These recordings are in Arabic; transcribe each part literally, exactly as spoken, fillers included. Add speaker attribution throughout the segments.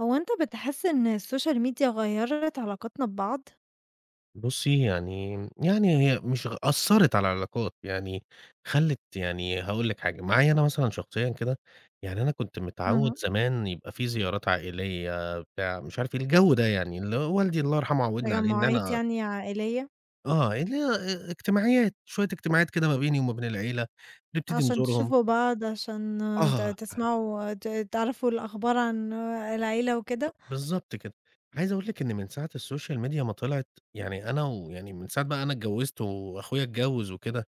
Speaker 1: هو أنت بتحس إن السوشيال ميديا غيّرت علاقاتنا ببعض؟
Speaker 2: بُصّي، يعني يعني هي مش غ أثّرت على العلاقات، يعني خلِّت يعني هاقول لِك حاجة، معايا أنا مثلًا شخصيًا كده، يعني أنا كنت متعوّد
Speaker 1: اهم.
Speaker 2: زمان يبقى في زيارات عائلية بتاع مش عارف إيه، الجو ده يعني اللي هو والدي الله يرحمه عوّدنا عليه إن
Speaker 1: تجمُّعات
Speaker 2: أنا
Speaker 1: يعني عائلية
Speaker 2: آه، اللي هي أ اجتماعيات، شوية اجتماعات كده ما بيني وما بين العيلة، نبتدي
Speaker 1: عشان
Speaker 2: نزورهم.
Speaker 1: تشوفوا بعض، عشان ت
Speaker 2: آه،
Speaker 1: تسمعوا ت تعرفوا الأخبار عن العيلة وكده؟
Speaker 2: بالضبط كده. عايز أقول لِك إن من ساعة السوشيال ميديا ما طلعت، يعني أنا ويعني من ساعة بقى أنا اتجوّزت وأخويا اتجوّز وكده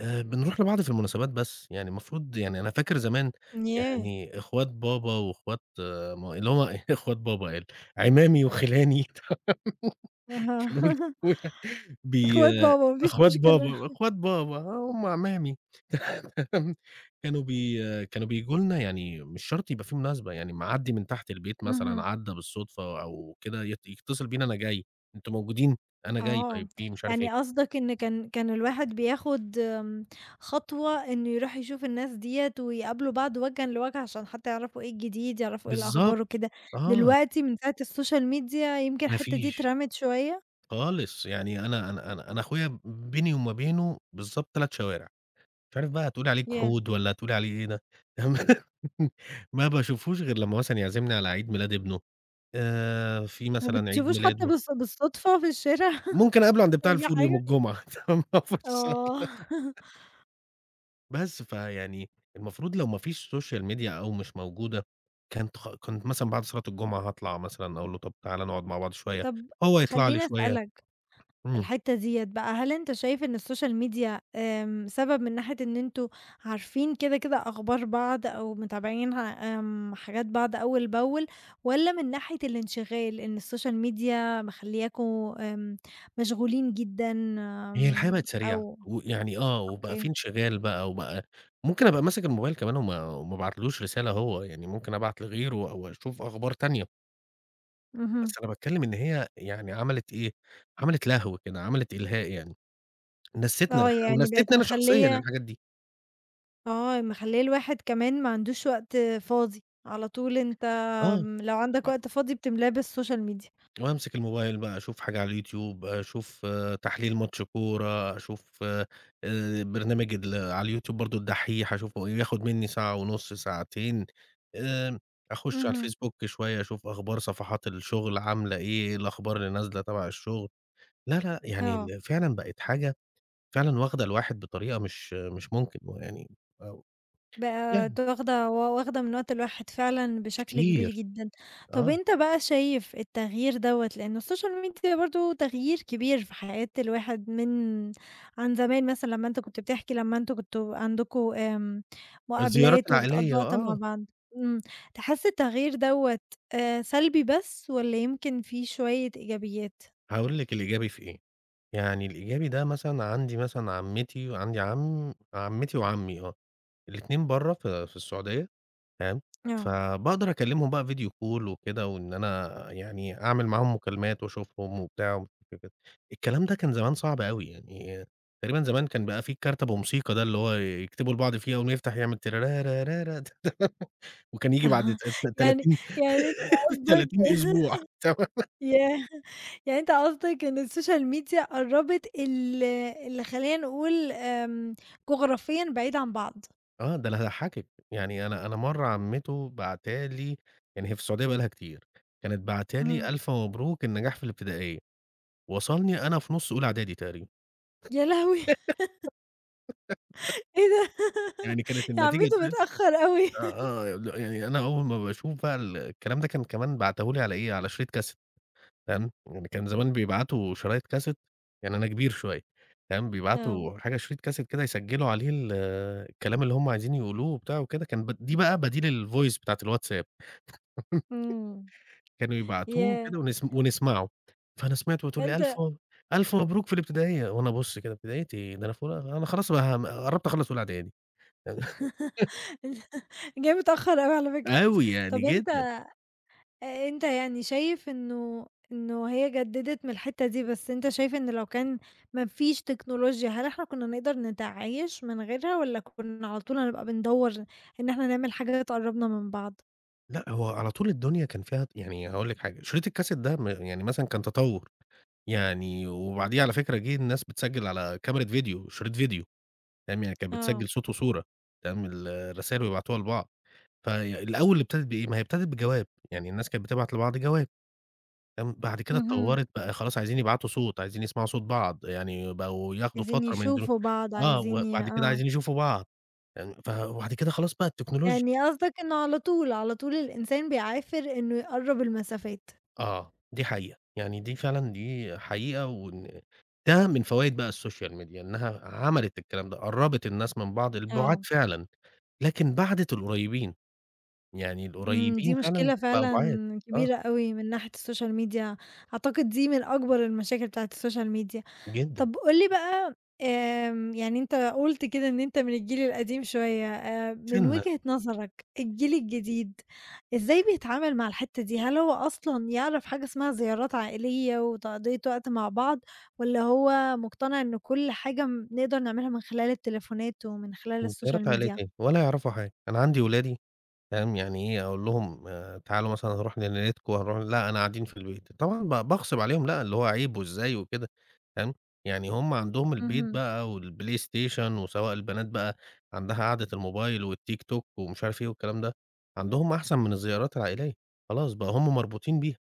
Speaker 2: آآ بنروح لبعض في المناسبات بس، يعني المفروض يعني أنا فاكر زمان
Speaker 1: ياه!
Speaker 2: يعني إخوات بابا وإخوات ما اللي هم إيه إخوات بابا قال عمامي وخِلاني. عشان أقول
Speaker 1: أها.
Speaker 2: أخويا بي
Speaker 1: أخوات بابا ما فيش
Speaker 2: إخوات بابا،
Speaker 1: مشكلة.
Speaker 2: إخوات بابا هم عمامي. كانوا بي كانوا بييجوا لنا يعني مش شرط يبقى في مناسبة، يعني معدّي من تحت البيت مثلًا
Speaker 1: اهم.
Speaker 2: عدّى بالصدفة أو كده يت يتصل بينا أنا جاي، أنتم موجودين؟ أنا جاي،
Speaker 1: آه،
Speaker 2: طيب في مش عارف
Speaker 1: يعني
Speaker 2: إيه،
Speaker 1: قصدك إن كان كان الواحد بياخد آمم، خطوة إنه يروح يشوف الناس ديّة ويقابلوا بعض وجهًا لوجه عشان حتى يعرفوا إيه الجديد، يعرفوا إيه الأخبار
Speaker 2: بالضبط،
Speaker 1: وكده.
Speaker 2: آه،
Speaker 1: دلوقتي من ساعة السوشيال ميديا يمكن
Speaker 2: ما
Speaker 1: الحتّة دي
Speaker 2: فيش.
Speaker 1: اترمت شوية؟
Speaker 2: خالص، يعني أنا أنا أنا أنا أخويا بيني وما بينه بالضبط تلات شوارع، مش عارف بقى هتقولي عليه
Speaker 1: ياه!
Speaker 2: جحود والّا هتقولي عليه إيه ده، ما باشوفوش غير لمّا مثلًا يعزمني على عيد ميلاد ابنه، آآ، في
Speaker 1: ما
Speaker 2: مثلًا عيد
Speaker 1: بتشوفوش حتى
Speaker 2: ميلاده،
Speaker 1: بالص بالصدفة في الشارع.
Speaker 2: ممكن أقابله عند بتاع
Speaker 1: أي
Speaker 2: الفول يوم
Speaker 1: حاجة؟
Speaker 2: الجمعة. تمام، مفيش
Speaker 1: آه.
Speaker 2: شك. بس فيعني المفروض لو ما فيش social media أو مش موجودة، كانت خ كنت مثلًا بعد صلاة الجمعة هاطلع مثلًا أقول له طب تعالَ نقعد مع بعض شوية،
Speaker 1: طب
Speaker 2: هو يطلع لي
Speaker 1: خلّيني
Speaker 2: شوية،
Speaker 1: أسألك
Speaker 2: إمم.
Speaker 1: الحتّة ديّة بقى، هل أنت شايف إن السوشيال ميديا آمم، سبب من ناحية إن أنتم عارفين كده، كده أخبار بعض أو متابعين ع آمم، حاجات بعض أول بأول، والّا من ناحية الانشغال إن السوشيال ميديا مخلّياكم آمم، مشغولين جدًا،
Speaker 2: هي الحياة
Speaker 1: آمم،
Speaker 2: بقت سريعة،
Speaker 1: أو
Speaker 2: ويعني آه، وبقى في
Speaker 1: أوكي؟
Speaker 2: انشغال بقى وبقى ممكن أبقى ماسك الموبايل كمان وما وما ابعتلوش رسالة هو، يعني ممكن أبعت لغيره أو أشوف أخبار تانية،
Speaker 1: اهم.
Speaker 2: بس أنا باتكلم إن هي يعني عملت إيه، عملت لهو كده، عملت إلهاء يعني، نسّتنا
Speaker 1: آه،
Speaker 2: الح
Speaker 1: يعني بقت
Speaker 2: ونسّتني أنا شخصيًا
Speaker 1: مخلّية
Speaker 2: الحاجات دي،
Speaker 1: آه، مخلّية الواحد كمان ما عندوش وقت فاضي، على طول أنت،
Speaker 2: آه.
Speaker 1: آمم، لو عندك وقت فاضي بتملاه بالسوشيال ميديا.
Speaker 2: وأمسك الموبايل بقى أشوف حاجة على اليوتيوب، أشوف آه، تحليل ماتش كورة، أشوف آآ برنامج ال على اليوتيوب برضه الدحّيح أشوفه إيه، ياخد منّي ساعة ونُص، ساعتين، آمم أخُش على
Speaker 1: اهم.
Speaker 2: الفيسبوك شوية أشوف أخبار صفحات الشغل عاملة إيه، إيه الأخبار اللي نازلة تَبَع الشغل، لا، لأ، يعني
Speaker 1: آه.
Speaker 2: ال فعلًا بقت حاجة فعلًا واخدة الواحد بطريقة مش مش ممكن ويعني أو
Speaker 1: بقى
Speaker 2: يعني
Speaker 1: ت واخدة و واخدة من وقت الواحد فعلًا بشكل كبير
Speaker 2: كتير،
Speaker 1: جدًا. طب
Speaker 2: آه.
Speaker 1: أنت بقى شايف التغيير دوّة لإنه السوشيال ميديا برضه تغيير كبير في حياة الواحد من عن زمان، مثلًا لمّا أنت كنت بتحكي لمّا أنتم كنتم عندكم آمم،
Speaker 2: الزيارات
Speaker 1: مقابلات وبتقضّوا
Speaker 2: العائلية
Speaker 1: وقت مع
Speaker 2: آه،
Speaker 1: بعض. إمم، تحس التغيير دوّة آآ، سلبي بس والّا يمكن فيه شوية إيجابيات؟
Speaker 2: هاقول لِك الإيجابي في إيه، يعني الإيجابي ده مثلًا عندي مثلًا عمّتي وعندي عم عمّتي وعمي آه، الاتنين برّه في في السعودية تمام،
Speaker 1: آه.
Speaker 2: فباقدر أكلّمهم بقى فيديو كول وكده وإن أنا يعني أعمل معاهم مكالمات وأشوفهم وبتاع ومش عارف إيه وكده. الكلام ده كان زمان صعب أوي، يعني تقريبًا زمان كان بقى في الكارت أبو موسيقى ده اللي هو يكتبوا لبعض فيه أول ما يفتح يعمل ترارارارا. وكان ييجي بعد ت ت
Speaker 1: يعني
Speaker 2: تلاتين
Speaker 1: يعني أنت
Speaker 2: 30
Speaker 1: قصدك
Speaker 2: أسبوع تمام.
Speaker 1: ياه! يعني أنت قصدك إن السوشيال ميديا قرّبت ال اللي خلّينا نقول آمم، جغرافيًا بعيد عن بعض.
Speaker 2: آه، ده أنا هاضحّكِك، يعني أنا أنا مرّة عمّته باعتة لي يعني هي في السعودية بقى لها كتير، كانت باعتة لي
Speaker 1: إمم.
Speaker 2: ألف مبروك النجاح في الابتدائية، وصلني أنا في نُص أولى إعدادي تقريبًا،
Speaker 1: يا لهوي! إيه ده!
Speaker 2: يعني كانت
Speaker 1: يا
Speaker 2: النتيجة
Speaker 1: عمتو
Speaker 2: طلعت
Speaker 1: متأخّر أوي.
Speaker 2: آه، آه، ل يعني أنا أول ما باشوف بقى ال الكلام ده كان كمان باعته لي على إيه، على شريط كاسيت. تمام، يعني كان زمان بيبعتوا شرايط كاسيت، يعني أنا كبير شوية. تمام،
Speaker 1: آه.
Speaker 2: بيبعتوا حاجة شريط كاسيت كده يسجّلوا عليه ال الكلام اللي هُم عايزين يقولوه وبتاع وكده، كان ب دي بقى بديل الvoice بتاعة الواتساب.
Speaker 1: إمم.
Speaker 2: كانوا يبعتوه
Speaker 1: ياه!
Speaker 2: كده ونسم ونسمعه، فأنا سمعته وتقول لي:
Speaker 1: فأنت
Speaker 2: "ألف
Speaker 1: أنت
Speaker 2: مب ألف مبروك في الابتدائية." وأنا أبُص كده ابتدائية إيه؟ ده أنا في أولى أنا خلاص بقى م قرّبت أخلّص أولى إعدادي
Speaker 1: جاي متأخّر أوي على فكرة.
Speaker 2: أوي يعني
Speaker 1: طَب أنت
Speaker 2: جدًا.
Speaker 1: آآ، أنت يعني شايف إنه إنه هي جددت من الحتّة دي، بس أنت شايف إن لو كان ما فيش تكنولوجيا، هل إحنا كنا نقدر نتعايش من غيرها، والّا كنا على طول هنبقى بندوّر إن إحنا نعمل حاجة تقرّبنا من بعض؟
Speaker 2: لأ هو على طول الدنيا كان فيها يعني هاقول لِك حاجة، شريط الكاسيت ده م يعني مثلًا كان تطوّر، يعني وبعديه على فكرة جه الناس بتسجّل على كاميرا فيديو، شريط فيديو، تمام، يعني كانت
Speaker 1: آه.
Speaker 2: بتسجّل صوت وصورة، تمام، ال الرسايل ويبعتوها لبعض، فالأول ابتدت بإيه، ما هي ابتدت بجواب، يعني الناس كانت بتبعت لبعض جواب. كان بعد كده
Speaker 1: اهم.
Speaker 2: اتطوّرت بقى خلاص عايزين يبعتوا صوت، عايزين يسمعوا صوت بعض، يعني بقوا ياخدوا
Speaker 1: عايزين
Speaker 2: فترة ما ينزلوا
Speaker 1: يشوفوا بعض،
Speaker 2: آه،
Speaker 1: عايزين ي
Speaker 2: وبعد كده
Speaker 1: آه،
Speaker 2: عايزين يشوفوا بعض، يعني ف وبعد كده خلاص بقى التكنولوجيا
Speaker 1: يعني قصدك إنه على طول، على طول الإنسان بيعافر إنه يقرّب المسافات.
Speaker 2: آه، دي حقيقة، يعني دي فعلًا دي حقيقة وإن ده من فوايد بقى السوشيال ميديا، إنها عملت الكلام ده، قرّبت الناس من بعض، البُعاد
Speaker 1: آه.
Speaker 2: فعلًا، لكن بَعدت القريّبين، يعني
Speaker 1: إمم، دي
Speaker 2: القريّبين فعلًا
Speaker 1: مشكلة
Speaker 2: بقوا
Speaker 1: فعلًا
Speaker 2: بُعاد، آه،
Speaker 1: كبيرة أوي من ناحية السوشيال ميديا. أعتقد دي من أكبر المشاكل بتاعة السوشيال ميديا.
Speaker 2: جدًا،
Speaker 1: طب قُل لي بقى، آمم، يعني أنت قُلت كده إن أنت من الجيل القديم شوية، آآ، من
Speaker 2: سِنّة
Speaker 1: وجهة نظرك الجيل الجديد إزاي بيتعامل مع الحتّة دي؟ هل هو أصلًا يعرف حاجة اسمها زيارات عائلية وتقضية وقت مع بعض، والّا هو مقتنع إن كل حاجة م نقدر نعملها من خلال التليفونات ومن خلال
Speaker 2: من
Speaker 1: السوشيال
Speaker 2: زيارات عائلية
Speaker 1: ميديا؟
Speaker 2: إيه، ولا يعرفوا حاجة، أنا عندي ولادي فاهم، يعني إيه أقول لهم آآ تعالوا مثلًا هنروح لنيلتكو، هنروح لأ أنا قاعدين في البيت، طبعًا ب باغصب عليهم لأ، اللي هو عيب وإزاي وكده فاهم، يعني هم عندهم البيت
Speaker 1: اهم.
Speaker 2: بقى والبلاي ستيشن، وسواء البنات بقى عندها قعدة الموبايل والتيك توك ومش عارف إيه والكلام ده، عندهم أحسن من الزيارات العائلية، خلاص بقى هم مربوطين بيها،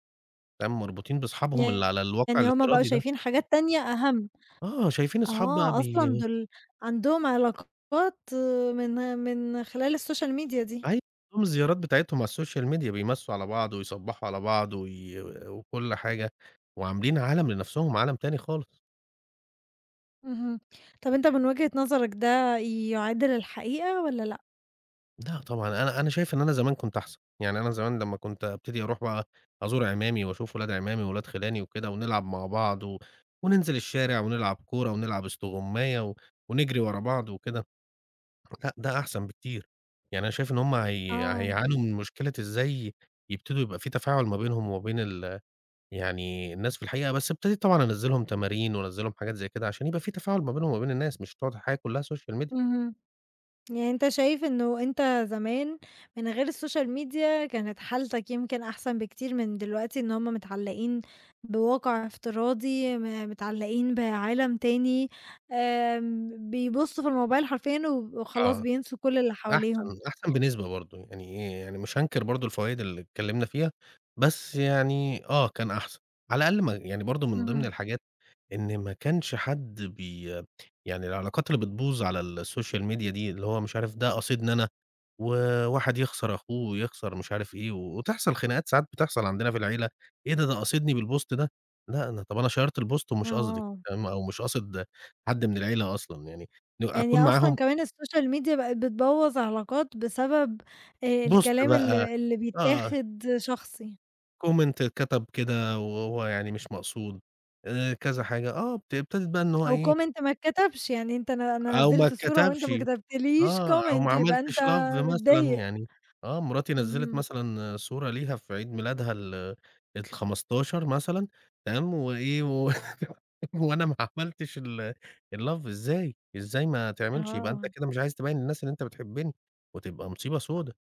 Speaker 2: فاهم، مربوطين باصحابهم اللي على الواقع
Speaker 1: يعني هُم بقوا
Speaker 2: الافتراضي ده،
Speaker 1: شايفين حاجات تانية أهم.
Speaker 2: آه شايفين أصحاب بقى
Speaker 1: آه، أصلًا
Speaker 2: بي
Speaker 1: دول عندهم علاقات، آه، من من خلال السوشيال ميديا دي.
Speaker 2: أيوه، نظام الزيارات بتاعتهم على السوشيال ميديا بيمسّوا على بعض ويصبّحوا على بعض وي وكل حاجة، وعاملين عالم لنَفْسهم، عالم تاني خالص.
Speaker 1: اهم. طب أنت من وجهة نظرك ده يعادل الحقيقة والّا لأ؟
Speaker 2: لأ طبعًا أنا أنا شايف إن أنا زمان كنت أحسن، يعني أنا زمان لمّا كنت أبتدي أروح بقى أزور عمامي وأشوف ولاد عمامي وولاد خِلاني وكده ونلعب مع بعض و وننزل الشارع ونلعب كورة ونلعب استغُماية و ونجري ورا بعض وكده، لأ ده أحسن بكتير. يعني أنا شايف إن هم هي
Speaker 1: آه.
Speaker 2: هيعانوا من مشكلة إزاي يبتدوا يبقى في تفاعل ما بينهم وما بين ال يعني الناس في الحقيقة بس ابتديت طبعًا أنزّل لهم تمارين، وأنزّل لهم حاجات زي كده، عشان يبقى في تفاعل ما بينهم وما بين الناس، مش تقعد الحياة كلها Social Media.
Speaker 1: اهم. يعني أنت شايف إنه أنت زمان، من غير السوشيال ميديا، كانت حالتك يمكن أحسن بكتير من دلوقتي، إن هم متعلقين بواقع افتراضي، م متعلقين بعالم تاني، آمم، بيبُصّوا في الموبايل حرفيًا وخلاص
Speaker 2: آه.
Speaker 1: بينسوا كل اللي
Speaker 2: أحسن
Speaker 1: حواليهم.
Speaker 2: أحسن بنسبة برضه، يعني إيه، يعني مش هانكر برضه الفوايد اللي اتكلمنا فيها، بس يعني آه، كان أحسن. على الأقل ما يعني برضه من ضمن
Speaker 1: اهم.
Speaker 2: الحاجات، إن ما كانش حد بي يعني العلاقات اللي بتبوظ على الSocial Media دي، اللي هو مش عارف ده قصيدنا أنا وواحد يخسر أخوه ويخسر مش عارف إيه، وتحصل خناقات ساعات بتحصل عندنا في العيلة، إيه ده، ده قاصدني بالبوست ده، لأ أنا طب أنا شيّرت البوست ومش قصدي
Speaker 1: آه.
Speaker 2: فاهم، أو مش قاصد حد من العيلة أصلًا يعني،
Speaker 1: يعني
Speaker 2: أكون
Speaker 1: أصلًا
Speaker 2: معاهم
Speaker 1: كمان السوشيال ميديا بقت بتبوّظ علاقات بسبب آآ
Speaker 2: بوست
Speaker 1: الكلام
Speaker 2: بقى
Speaker 1: اللي اللي
Speaker 2: آه،
Speaker 1: بيتاخد شخصي.
Speaker 2: comment اتكتب كده وهو يعني مش مقصود، آآ كذا حاجة، آه بت ابتدت بقى إن هو
Speaker 1: أو
Speaker 2: إيه،
Speaker 1: comment ما اتكتبش، يعني أنت أنا أنا
Speaker 2: أو ما
Speaker 1: نزّلت الصورة وأنت
Speaker 2: اتكتبش.
Speaker 1: ما كتبتليش
Speaker 2: آه، أو ما
Speaker 1: comment يبقى أنت
Speaker 2: عملتش love مثلًا
Speaker 1: متضايق.
Speaker 2: يعني آه، مراتي نزّلت
Speaker 1: اهم.
Speaker 2: مثلًا صورة ليها في عيد ميلادها ال الخمستاشر مثلًا. تمام، وإيه و وأنا ما عملتش ال الlove إزاي، إزاي ما تعملش؟ يبقى أنت
Speaker 1: آه.
Speaker 2: كده مش عايز تبيّن للناس إن أنت بتحبني، وتبقى مصيبة سودا،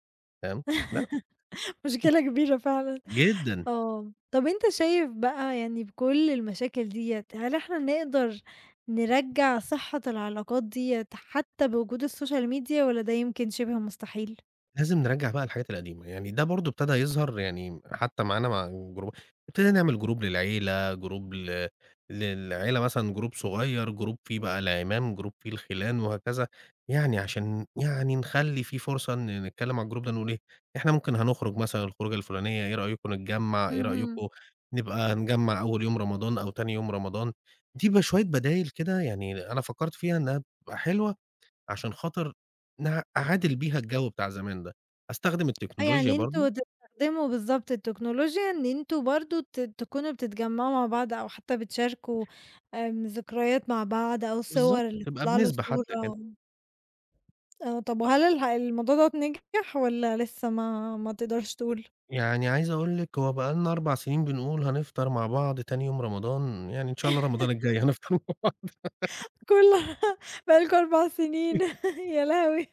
Speaker 2: فاهم؟ لأ،
Speaker 1: مشكلة كبيرة فعلًا.
Speaker 2: جدًا.
Speaker 1: آه. طَب أنت شايف بقى يعني بكل المشاكل ديّة، هل إحنا نقدر نرجّع صحة العلاقات ديّة حتى بوجود السوشيال ميديا والّا ده يمكن شِبه مستحيل؟
Speaker 2: لازم نرجّع بقى الحاجات القديمة، يعني ده برضه ابتدى يظهر يعني حتى معانا مع جروب ابتدينا نعمل جروب للعيلة، جروب ل للعيلة مثلًا جروب صغير، جروب فيه بقى العمام، جروب فيه الخِلان وهكذا، يعني عشان يعني نخلّي في فرصة إن نتكلّم على الجروب ده نقول إيه، إحنا ممكن هنخرج مثلًا الخروجة الفُلانية، إيه رأيكم نتجمّع، إيه
Speaker 1: اهم.
Speaker 2: رأيكم نبقى نجمّع أول يوم رمضان أو تاني يوم رمضان، دي بقى شوية بدايل كده يعني أنا فكّرت فيها إنها بتبقى حلوة عشان خاطر نع أعادل بيها الجو بتاع زمان ده، أستخدم
Speaker 1: آه،
Speaker 2: التكنولوجيا
Speaker 1: يعني أنتم
Speaker 2: برضه
Speaker 1: تستخدموا بالضبط التكنولوجيا إن أنتم برضه ت تكونوا بتتجمعوا مع بعض أو حتى بتشاركوا آمم، ذكريات مع بعض أو صور
Speaker 2: بالضبط،
Speaker 1: اللي
Speaker 2: تبقى
Speaker 1: تطلع له
Speaker 2: بنسبة
Speaker 1: صورة.
Speaker 2: حتى كده.
Speaker 1: آه، طب وهل الح الموضوع دوّة نجح والّا لسه ما ما تقدرش تقول؟
Speaker 2: يعني عايز أقول لِك هو بقى لنا أربع سنين بنقول هنفطر مع بعض تاني يوم رمضان، يعني إن شاء الله رمضان الجاي هنفطر مع بعض.
Speaker 1: كلها بقى لكم أربع سنين. يا لهوي!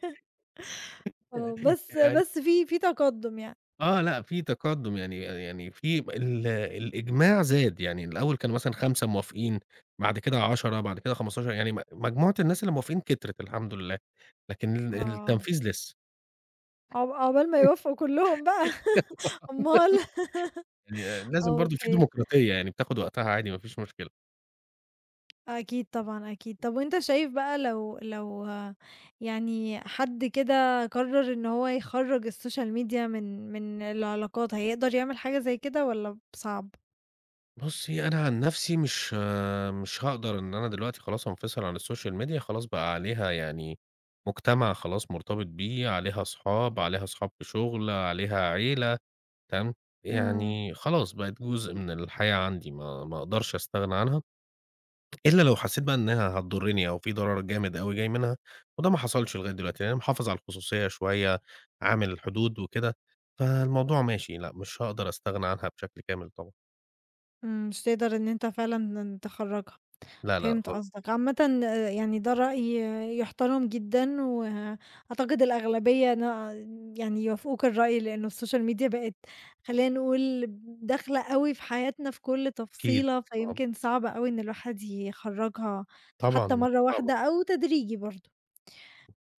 Speaker 1: آه،
Speaker 2: يعني
Speaker 1: بس
Speaker 2: يعني
Speaker 1: بس في في تقدم يعني.
Speaker 2: آه، لأ في تقدُّم يعني يعني في ال الإجماع زاد، يعني الأول كانوا مثلًا خمسة موافقين، بعد كده عشرة بعد كده خمسة عشر يعني م مجموعة الناس اللي موافقين كترت الحمد لله، لكن ال
Speaker 1: آه،
Speaker 2: التنفيذ لسه.
Speaker 1: عق عقبال ما يوافقوا كلّهم بقى. أومال.
Speaker 2: يعني لازم برضه في
Speaker 1: أوكي.
Speaker 2: ديمقراطية، يعني بتاخد وقتها عادي ما فيش مشكلة.
Speaker 1: أكيد طبعًا، أكيد. طب وأنت شايف بقى لو لو آه، يعني حد كده قرر إن هو يخرّج السوشيال ميديا من من العلاقات، هيقدر يعمل حاجة زي كده والّا صعب؟
Speaker 2: بُصّي، أنا عن نفسي مش مش هاقدر إن أنا دلوقتي خلاص أنفصل عن السوشيال ميديا، خلاص بقى عليها يعني مجتمع خلاص مرتبط بيه، عليها أصحاب، عليها أصحاب في شغل، عليها عيلة، تمام؟
Speaker 1: إمم،
Speaker 2: يعني خلاص بقت جزء من الحياة عندي، ما ما أقدرش أستغنى عنها. إلا لو حسّيت بقى إنها هتضرّني أو في ضرر جامد أوي جاي منها، وده ما حصلش لغاية دلوقتي، لأن أنا محافظ على الخصوصية شوية، عامل حدود وكده، فالموضوع ماشي، لأ مش هاقدر أستغنى عنها بشكل كامل طبعًا،
Speaker 1: إمم. مش تقدر إن أنت فعلًا تخرّجها.
Speaker 2: لا، لأ
Speaker 1: فهمت
Speaker 2: خالص،
Speaker 1: قصدك. عامةً آآ يعني ده رأي، آه، يُحترم جدًا، وأعتقد الأغلبية نا يعني يوافقوك الرأي، لإنه السوشيال ميديا بقت، خلّينا نقول، داخلة أوي في حياتنا في كل
Speaker 2: أكيد
Speaker 1: تفصيلة،
Speaker 2: آه،
Speaker 1: فيمكن صعب أوي إن الواحد يخرّجها حتى
Speaker 2: طبعًا،
Speaker 1: مرّة
Speaker 2: طبعًا
Speaker 1: واحدة أو تدريجي برضه.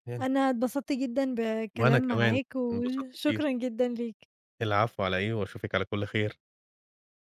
Speaker 2: يعني،
Speaker 1: أنا اتبسطت جدًا
Speaker 2: وأنا
Speaker 1: بالكلام
Speaker 2: كمان
Speaker 1: معاك،
Speaker 2: انبسطت كتير،
Speaker 1: وشكرًا جدًا ليك.
Speaker 2: العفو على إيه وأشوفِك على كُلّ خير.